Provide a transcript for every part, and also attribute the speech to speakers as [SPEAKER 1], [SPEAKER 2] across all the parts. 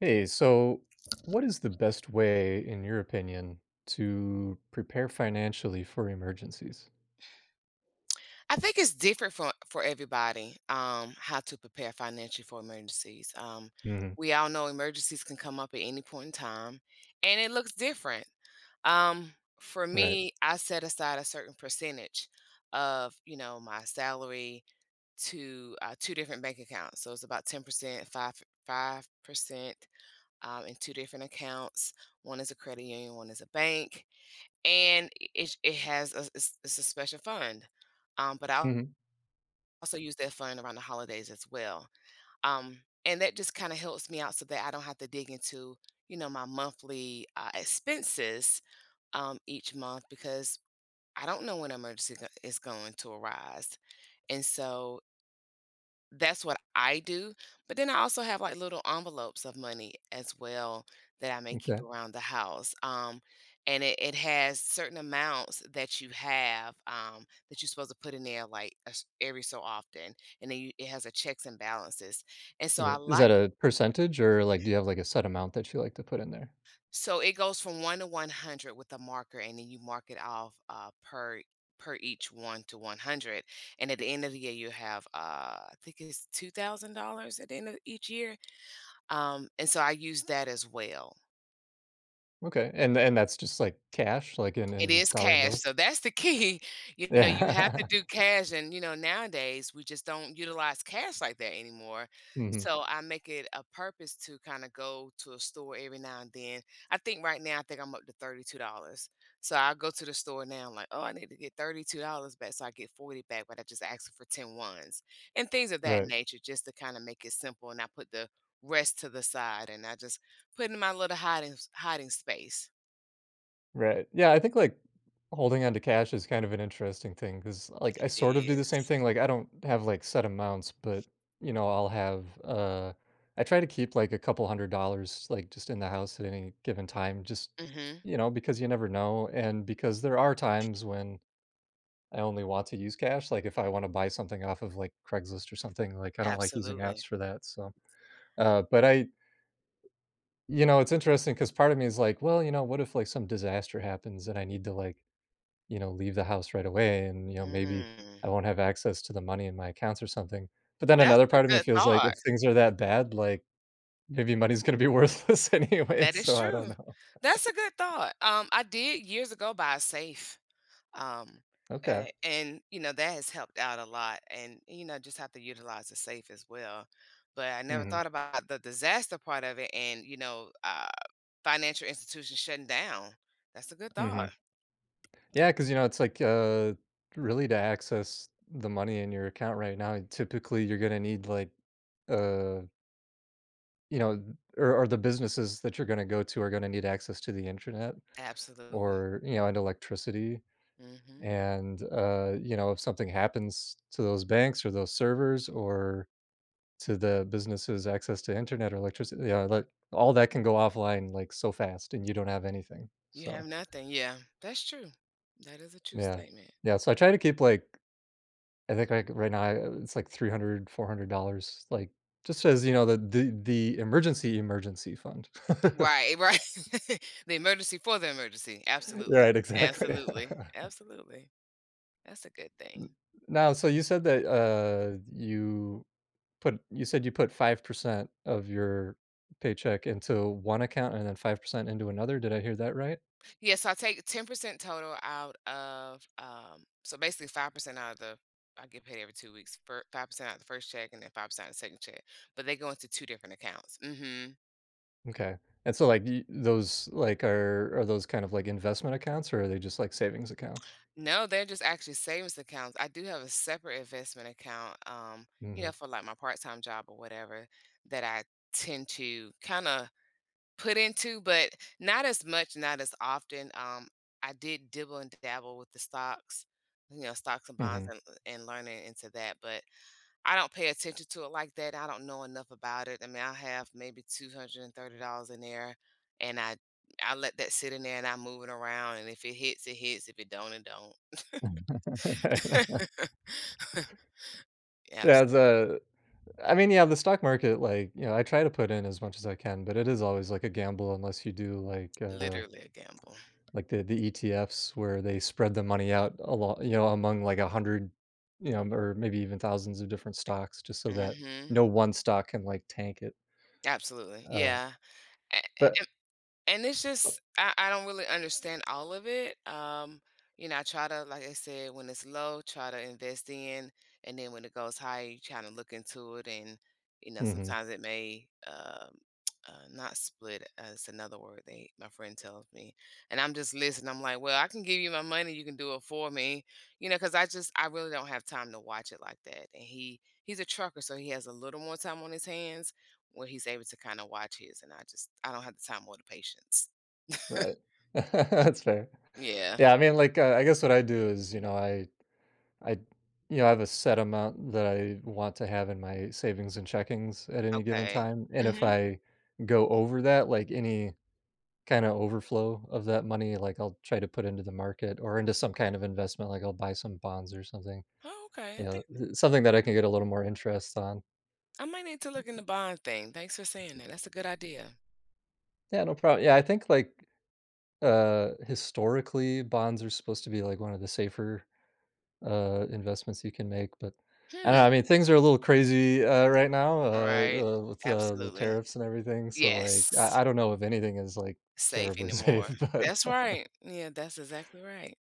[SPEAKER 1] Hey, so what is the best way, in your opinion, to prepare financially for emergencies?
[SPEAKER 2] I think it's different for everybody, how to prepare financially for emergencies.
[SPEAKER 1] Hmm.
[SPEAKER 2] We all know emergencies can come up at any point in time, and it looks different. Um, for
[SPEAKER 1] Right.
[SPEAKER 2] me, I set aside a certain percentage of my salary to two different bank accounts. So it's about 10%, five percent in two different accounts. One is a credit union, one is a bank, and it has it's a special fund. But I
[SPEAKER 1] Hmm.
[SPEAKER 2] also use that fund around the holidays as well. And that just kind of helps me out so that I don't have to dig into my monthly expenses each month because I don't know when an emergency is going to arise. And so that's what I do, but then I also have, like, little envelopes of money as well that I may keep
[SPEAKER 1] Okay.
[SPEAKER 2] around the house, and it has certain amounts that you have, that you're supposed to put in there, like, as every so often, and then you it has a checks and balances, and so
[SPEAKER 1] Okay.
[SPEAKER 2] I
[SPEAKER 1] Is that
[SPEAKER 2] like
[SPEAKER 1] a percentage, or like do you have like a set amount that you like to put in there?
[SPEAKER 2] so it goes from 1 to 100 with a marker, and then you mark it off, per each 1 to 100, and at the end of the year, I think it's $2,000 at the end of each year. And so I use that as well.
[SPEAKER 1] Okay. And that's just like cash, like in,
[SPEAKER 2] It
[SPEAKER 1] in
[SPEAKER 2] is
[SPEAKER 1] dollar
[SPEAKER 2] cash,
[SPEAKER 1] bill.
[SPEAKER 2] so that's the key. You know, you have to
[SPEAKER 1] Yeah.
[SPEAKER 2] do cash, and, nowadays, we just don't utilize cash like that anymore,
[SPEAKER 1] Hmm.
[SPEAKER 2] so I make it a purpose to kinda go to a store every now and then. I think right now, I think I'm up to $32, so I'll go to the store now, like, "Oh, I need to get $32 back," so I get 40 back, but I just ask for 10 ones and things of that
[SPEAKER 1] Right.
[SPEAKER 2] nature just to kinda make it simple, and I put the rest to the side, and I just put it in my little hiding space.
[SPEAKER 1] Right. Yeah, I think, like, holding on to cash is kind of an interesting thing because like, I
[SPEAKER 2] It
[SPEAKER 1] sort of do the same
[SPEAKER 2] is.
[SPEAKER 1] thing, like, I don't have, like, set amounts, but, you know, I'll have, I try to keep, like, a couple $100, like, just in the house at any given time, just,
[SPEAKER 2] Mhm.
[SPEAKER 1] you know, because you never know, and because there are times when I only want to use cash, like, if I wanna buy something off of, like, Craigslist or something, like, I don't like using apps
[SPEAKER 2] Absolutely.
[SPEAKER 1] for that. So, but I, you know, it's interesting because part of me is like, "Well, you know, what if, like, some disaster happens and I need to, like," you know, leave the house right away and, you know, maybe
[SPEAKER 2] Mm.
[SPEAKER 1] I won't have access to the money in my accounts or something. But then
[SPEAKER 2] That's
[SPEAKER 1] another
[SPEAKER 2] a
[SPEAKER 1] part of me
[SPEAKER 2] good
[SPEAKER 1] feels like
[SPEAKER 2] thought.
[SPEAKER 1] if things are that bad, like maybe money's going to be worthless anyway.
[SPEAKER 2] That is
[SPEAKER 1] So I don't
[SPEAKER 2] true.
[SPEAKER 1] know.
[SPEAKER 2] That's a good thought. I did years ago buy a safe. Um,
[SPEAKER 1] Okay.
[SPEAKER 2] and that has helped out a lot. And just have to utilize the safe as well. But I never
[SPEAKER 1] Hmm.
[SPEAKER 2] thought about the disaster part of it and, financial institutions shutting down. That's a good
[SPEAKER 1] Hmm.
[SPEAKER 2] thought.
[SPEAKER 1] Yeah, because you know it's like, really to access the money in your account right now. Typically, you're going to need like, uh, you know, or the businesses that you're going to go to are going to need access to the internet,
[SPEAKER 2] Absolutely.
[SPEAKER 1] or you know, and electricity.
[SPEAKER 2] Hmm.
[SPEAKER 1] And you know, if something happens to those banks or those servers, or to the businesses access to internet or electricity, yeah, like all that can go offline like so fast and you don't have anything,
[SPEAKER 2] You
[SPEAKER 1] so
[SPEAKER 2] have nothing, yeah, that's true. That is a true
[SPEAKER 1] yeah.
[SPEAKER 2] statement.
[SPEAKER 1] Yeah, so I try to keep, like, I think like right now I- it's like 300, $400, like, just as you know, the emergency fund.
[SPEAKER 2] Right, right. The emergency for the emergency, absolutely,
[SPEAKER 1] Right, exactly.
[SPEAKER 2] absolutely, absolutely. That's a good
[SPEAKER 1] N-
[SPEAKER 2] thing.
[SPEAKER 1] Now, so you said that you said you put 5% of your paycheck into one account, and then 5% into another. Did I hear that right?
[SPEAKER 2] Yeah, so I take 10% total out of, so basically 5% out of the I get paid every 2 weeks, fir 5% out of the first check and then 5% out of the second check, but they go into 2 different accounts. Mhm.
[SPEAKER 1] Okay, and so, like, y those, like, are those kind of, like, investment accounts, or are they just, like, savings accounts?
[SPEAKER 2] No, they're just actually savings accounts. I do have a separate investment account,
[SPEAKER 1] Mhm.
[SPEAKER 2] for like my part-time job or whatever that I tend to kind of put into, but not as much, not as often. I did dibble and dabble with the stocks, stocks and bonds
[SPEAKER 1] Mhm.
[SPEAKER 2] and, learning into that, but I don't pay attention to it like that. I don't know enough about it. I mean, I have maybe $230 in there and I let that sit in there and I move it around, and if it hits, it hits. If it don't, it don't. Yeah.
[SPEAKER 1] Yeah, it's a I mean, yeah, the stock market, like, you know, I try to put in as much as I can, but it is always, like, a gamble unless you do, like,
[SPEAKER 2] Literally a gamble.
[SPEAKER 1] like the ETFs where they spread the money out a lot, you know, among like 100, you know, or maybe even thousands of different stocks, just so that
[SPEAKER 2] Mhm.
[SPEAKER 1] no one stock can like tank it.
[SPEAKER 2] Absolutely.
[SPEAKER 1] Uh,
[SPEAKER 2] Yeah. A
[SPEAKER 1] but
[SPEAKER 2] And it's just I don't really understand all of it. I try to, like I said, when it's low, try to invest in, and then when it goes high, you kind of look into it, and
[SPEAKER 1] mhm,
[SPEAKER 2] sometimes it may not split. It's another word they my friend tells me, and I'm just listening. I'm like, well, I can give you my money, you can do it for me, because I really don't have time to watch it like that. And he's a trucker, so he has a little more time on his hands where he's able to kinda watch his, and I just I don't have the time or the patience.
[SPEAKER 1] right. That's fair.
[SPEAKER 2] Yeah,
[SPEAKER 1] Yeah, I mean, like, I guess what I do is, you know, I, you know, I have a set amount that I want to have in my savings and checkings at any given
[SPEAKER 2] okay.
[SPEAKER 1] time. And if
[SPEAKER 2] Mhm.
[SPEAKER 1] I go over that, like any kinda overflow of that money, like, I'll try to put into the market or into some kind of investment, like, I'll buy some bonds or something,
[SPEAKER 2] Oh, okay, I
[SPEAKER 1] you know,
[SPEAKER 2] think
[SPEAKER 1] th something that I can get a little more interest on.
[SPEAKER 2] I might need to look in the bond thing. Thanks for saying that. That's a good idea.
[SPEAKER 1] Yeah, no problem. Yeah, I think, like, historically, bonds are supposed to be, like, one of the safer, investments you can make, but I don't
[SPEAKER 2] Hmm.
[SPEAKER 1] know, I mean, things are a little crazy, right now,
[SPEAKER 2] All right.
[SPEAKER 1] with the
[SPEAKER 2] Absolutely.
[SPEAKER 1] tariffs and everything. So, like, I
[SPEAKER 2] Yes,
[SPEAKER 1] I don't know if anything is, like,
[SPEAKER 2] safe
[SPEAKER 1] terribly
[SPEAKER 2] anymore.
[SPEAKER 1] safe, but
[SPEAKER 2] That's right. Yeah, that's exactly right.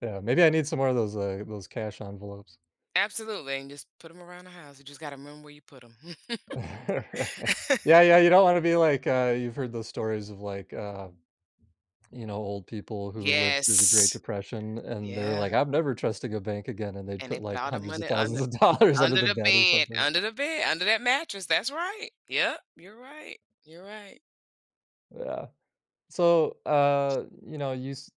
[SPEAKER 1] yeah, maybe I need some more of those cash envelopes.
[SPEAKER 2] Absolutely, and just put them around the house. You just gotta remember where you put them.
[SPEAKER 1] Yeah, yeah, you don't wanna be like, you've heard those stories of, like, you know, old people who lived through the Great
[SPEAKER 2] Yes.
[SPEAKER 1] Depression, and they were
[SPEAKER 2] Yeah,
[SPEAKER 1] like, "I'm never trusting a bank again," and they'd
[SPEAKER 2] and
[SPEAKER 1] put,
[SPEAKER 2] they put
[SPEAKER 1] like,
[SPEAKER 2] all the
[SPEAKER 1] hundreds of
[SPEAKER 2] money
[SPEAKER 1] thousands
[SPEAKER 2] under
[SPEAKER 1] of dollars under
[SPEAKER 2] under
[SPEAKER 1] the
[SPEAKER 2] the
[SPEAKER 1] bed or
[SPEAKER 2] bed,
[SPEAKER 1] something.
[SPEAKER 2] under the bed, under that mattress, that's right. Yep, you're right, you're right.
[SPEAKER 1] Yeah. So, you know,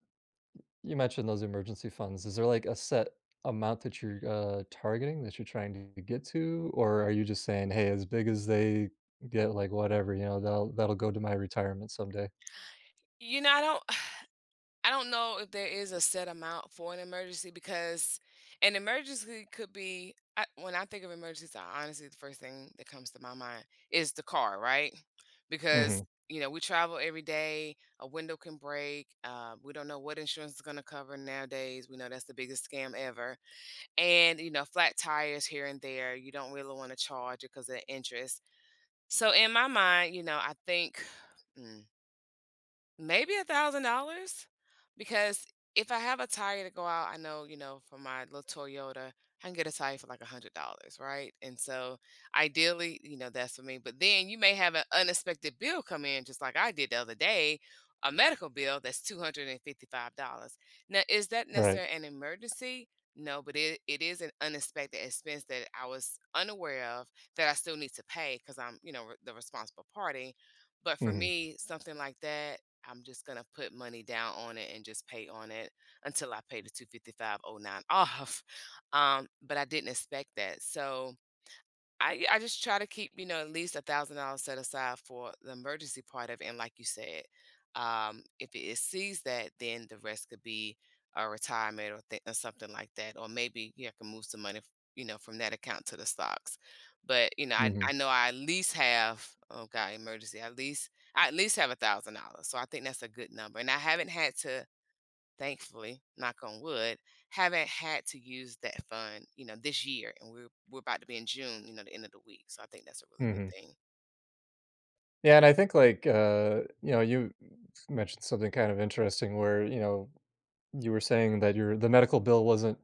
[SPEAKER 1] you mentioned those emergency funds. Is there, like, a set amount that you're, targeting, that you're trying to get to, or are you just saying, "Hey, as big as they get, like, whatever, you know, that'll go to my retirement someday?"
[SPEAKER 2] You know, I don't I don't know if there is a set amount for an emergency because an emergency could be when I think of emergencies, I honestly the first thing that comes to my mind is the car, right? Because
[SPEAKER 1] Mhm.
[SPEAKER 2] we travel every day. A window can break. We don't know what insurance is going to cover nowadays. We know that's the biggest scam ever. And, flat tires here and there. You don't really want to charge it because of the interest. So in my mind, I think, mm, maybe a $1,000, because if I have a tire to go out, I know, for my little Toyota, I can get a tire for like $100, right? And so ideally, that's for me. But then you may have an unexpected bill come in, just like I did the other day, a medical bill that's $255. Now, is that
[SPEAKER 1] Right.
[SPEAKER 2] necessarily an emergency? No, but it is an unexpected expense that I was unaware of that I still need to pay because I'm, the responsible party. But for
[SPEAKER 1] Mhm.
[SPEAKER 2] me, something like that, I'm just gonna put money down on it and just pay on it until I pay the 255.09 off. But I didn't expect that. So I just try to keep, at least $1,000 set aside for the emergency part of it. And like you said, if it exceeds that, then the rest could be a retirement or, or something like that. Or maybe I can move some money, from that account to the stocks. But I,
[SPEAKER 1] Mhm.
[SPEAKER 2] I know I at least have, oh god, emergency. At least have $1,000. So I think that's a good number. And I haven't had to, thankfully, knock on wood, haven't had to use that fund, this year. And we're about to be in June, the end of the week. So I think that's a really good
[SPEAKER 1] Mhm.
[SPEAKER 2] thing.
[SPEAKER 1] Yeah, and I think like, you know, you mentioned something kind of interesting where, you know, you were saying that your the medical bill wasn't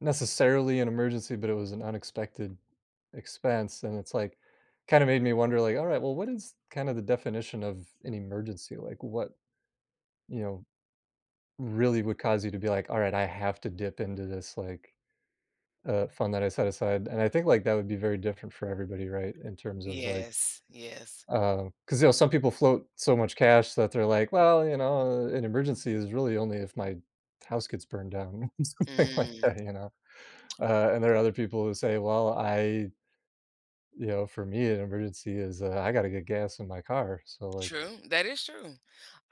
[SPEAKER 1] necessarily an emergency, but it was an unexpected expense, and it's like kind of made me wonder like, all right, well, what is kind of the definition of an emergency? Like what, you know, really would cause you to be like, all right, I have to dip into this, like, fund that I set aside. And I think like that would be very different for everybody, right? In terms of like.
[SPEAKER 2] Yes, yes.
[SPEAKER 1] Because you know, some people float so much cash that they're like, "Well, you know, an emergency is really only if my house gets burned down," something like
[SPEAKER 2] Mm.
[SPEAKER 1] that, you know? And there are other people who say, "Well, I," you know, for me, an emergency is, I gotta get gas in my car, so, like.
[SPEAKER 2] True. That is true.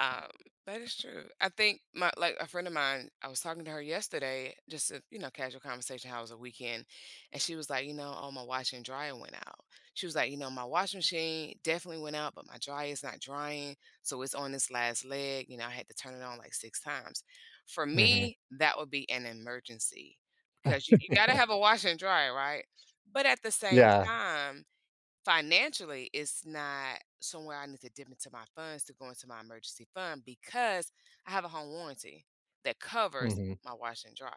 [SPEAKER 2] Um, that is true. I think my like a friend of mine, I was talking to her yesterday, just a, casual conversation, how was the weekend, and she was like, oh my washer and dryer went out. She was like, my washing machine definitely went out, but my dryer is not drying, so it's on this last leg. I had to turn it on like six times. For
[SPEAKER 1] Mhm.
[SPEAKER 2] me, that would be an emergency because you, you got to
[SPEAKER 1] Yeah.
[SPEAKER 2] have a washer and dryer, right? But at the same
[SPEAKER 1] Yeah.
[SPEAKER 2] time financially it's not somewhere I need to dip into my funds to go into my emergency fund because I have a home warranty that covers
[SPEAKER 1] Mhm.
[SPEAKER 2] my washer and dryer.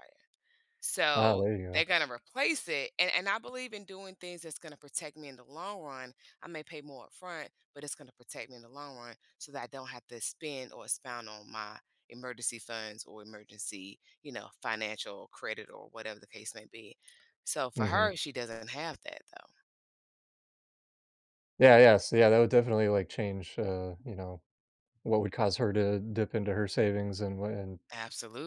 [SPEAKER 1] Ah,
[SPEAKER 2] So
[SPEAKER 1] there you
[SPEAKER 2] they're
[SPEAKER 1] go.
[SPEAKER 2] gonna replace it. And I believe in doing things that's gonna protect me in the long run. I may pay more upfront, but it's gonna protect me in the long run so that I don't have to spend or expound on my emergency funds or emergency, financial credit or whatever the case may be. So for
[SPEAKER 1] Mhm.
[SPEAKER 2] her, she doesn't have that though.
[SPEAKER 1] Yeah, yeah, so, yeah, that would definitely, like, change, you know, what would cause her to dip into her savings and,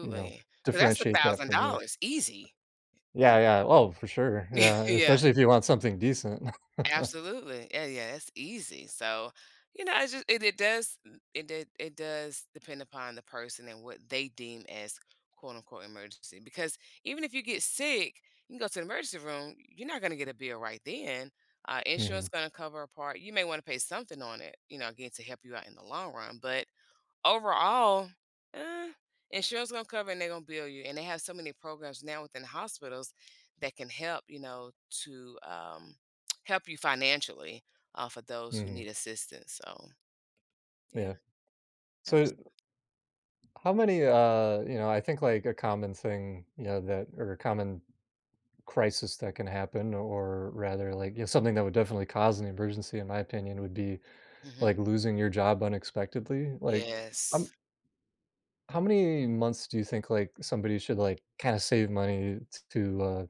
[SPEAKER 1] you know,
[SPEAKER 2] because that's
[SPEAKER 1] differentiate that from you.
[SPEAKER 2] $1,000 easy.
[SPEAKER 1] Yeah,
[SPEAKER 2] Mm.
[SPEAKER 1] yeah. Oh, for sure. Yeah,
[SPEAKER 2] Yeah,
[SPEAKER 1] especially if you want something decent.
[SPEAKER 2] absolutely. Yeah, yeah, that's easy, so, it does depend upon the person and what they deem as, quote, unquote, "emergency," because even if you get sick, you can go to the emergency room, you're not gonna get a bill right then, insurance
[SPEAKER 1] Mhm.
[SPEAKER 2] gonna cover a part, you may wanna pay something on it, again, to help you out in the long run, but overall, eh, insurance gonna cover and they're gonna bill you. And they have so many programs now within hospitals that can help, to help you financially for those who
[SPEAKER 1] Mhm.
[SPEAKER 2] need assistance. So yeah,
[SPEAKER 1] Yeah. So, how many, you know, I think like a common thing, you know, that or a common crisis that can happen, or rather like, you know, something that would definitely cause an emergency in my opinion would be
[SPEAKER 2] absolutely. Hmm.
[SPEAKER 1] like losing your job unexpectedly. Like, um,
[SPEAKER 2] Yes,
[SPEAKER 1] how many months do you think like somebody should like kind of save money to,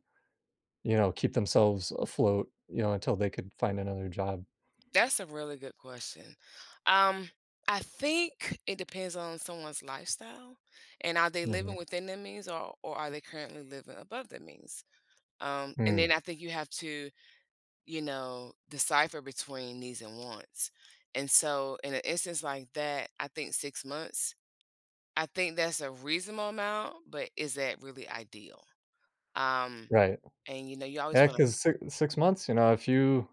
[SPEAKER 1] you know, keep themselves afloat, you know, until they could find another job?
[SPEAKER 2] that's a really good question. Um, I think it depends on someone's lifestyle and are they living
[SPEAKER 1] Mhm.
[SPEAKER 2] within their means, or are they currently living above their means? And then
[SPEAKER 1] Mm.
[SPEAKER 2] I think you have to decipher between needs and wants. And so, in an instance like that, I think 6 months, I think that's a reasonable amount, but is that really ideal? Um,
[SPEAKER 1] Right.
[SPEAKER 2] and you always
[SPEAKER 1] Yeah,
[SPEAKER 2] want to,
[SPEAKER 1] 'cause six months, you know, if you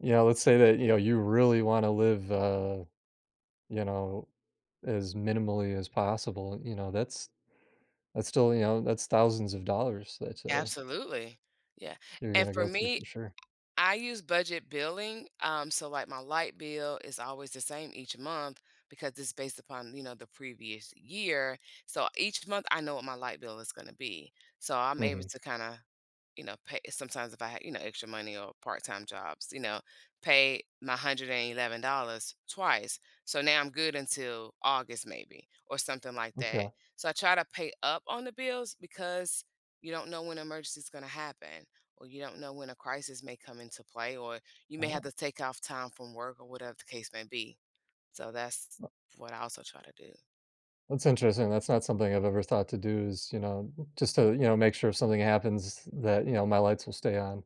[SPEAKER 1] let's say that, you know, you really wanna live, you know, as minimally as possible, you know, that's still, you know, that's thousands of dollars that,
[SPEAKER 2] absolutely. Yeah.
[SPEAKER 1] you're
[SPEAKER 2] And
[SPEAKER 1] gonna
[SPEAKER 2] for
[SPEAKER 1] go through
[SPEAKER 2] me,
[SPEAKER 1] for sure.
[SPEAKER 2] I use budget billing. So like my light bill is always the same each month because it's based upon, the previous year. So each month I know what my light bill is going to be. So I'm able
[SPEAKER 1] Mhm.
[SPEAKER 2] to kind of pay sometimes if I had, extra money or part-time jobs, pay my $111 twice. So now I'm good until August maybe or something like that.
[SPEAKER 1] Okay.
[SPEAKER 2] So I try to pay up on the bills because you don't know when an emergency is going to happen or you don't know when a crisis may come into play or you may have
[SPEAKER 1] Oh,
[SPEAKER 2] to take off time from work or whatever the case may be. So that's what I also try to do.
[SPEAKER 1] that's interesting. That's not something I've ever thought to do, is, you know, just to, you know, make sure if something happens that, you know, my lights will stay on,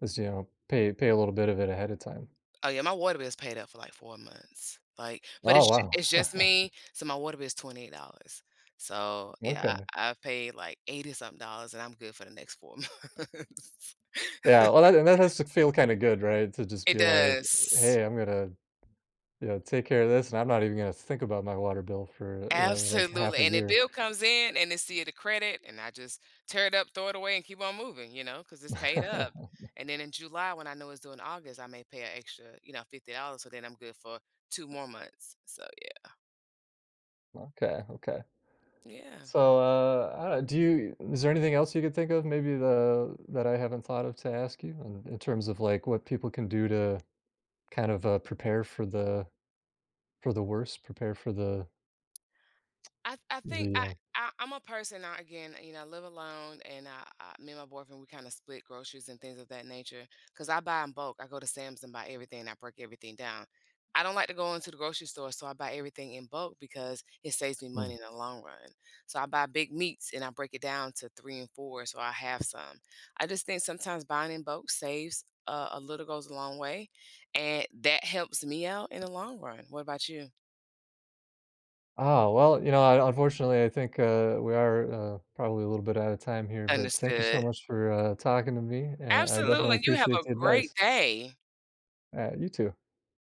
[SPEAKER 1] is, you know, pay a little bit of it ahead of time.
[SPEAKER 2] Oh, yeah, my water bill is paid up for, like, 4 months, like but
[SPEAKER 1] Oh, wow.
[SPEAKER 2] it's just me, so my water bill is $28. So, yeah,
[SPEAKER 1] Okay.
[SPEAKER 2] I've paid, like, 80 something dollars, and I'm good for the next 4 months.
[SPEAKER 1] Yeah, well, that and that has to feel kinda good, right? To just
[SPEAKER 2] It
[SPEAKER 1] be like,
[SPEAKER 2] does.
[SPEAKER 1] "Hey, I'm gonna, you know, take care of this, and I'm not even gonna think about my water bill for, you know, like, half
[SPEAKER 2] Absolutely,
[SPEAKER 1] a
[SPEAKER 2] and the
[SPEAKER 1] year."
[SPEAKER 2] bill comes in, and it's see the credit, and I just tear it up, throw it away, and keep on moving, because it's paid up, and then in July, when I know it's due in August, I may pay an extra, $50, so then I'm good for 2 more months. So, yeah.
[SPEAKER 1] Okay. Okay.
[SPEAKER 2] Yeah.
[SPEAKER 1] So, I don't do you is there anything else you could think of, maybe the that I haven't thought of to ask you in terms of, like, what people can do to kind of, prepare for the worst, prepare for the
[SPEAKER 2] I think
[SPEAKER 1] the, uh
[SPEAKER 2] I I'm a person now again, I live alone and I me and my boyfriend we kind of split groceries and things of that nature cuz I buy in bulk. I go to Sam's and buy everything and I break everything down. I don't like to go into the grocery store, so I buy everything in bulk because it saves me money
[SPEAKER 1] mm.
[SPEAKER 2] in the long run. So I buy big meats and I break it down to 3 and 4 so I have some. I just think sometimes buying in bulk saves a little goes a long way, and that helps me out in the long run. What about you?
[SPEAKER 1] Ah, well, you know, I unfortunately, I think, we are, probably a little bit out of time here, but thank you so
[SPEAKER 2] Understood.
[SPEAKER 1] much for, talking to me, and I definitely
[SPEAKER 2] Absolutely, you have
[SPEAKER 1] appreciate
[SPEAKER 2] a
[SPEAKER 1] the
[SPEAKER 2] great
[SPEAKER 1] advice.
[SPEAKER 2] day.
[SPEAKER 1] You too.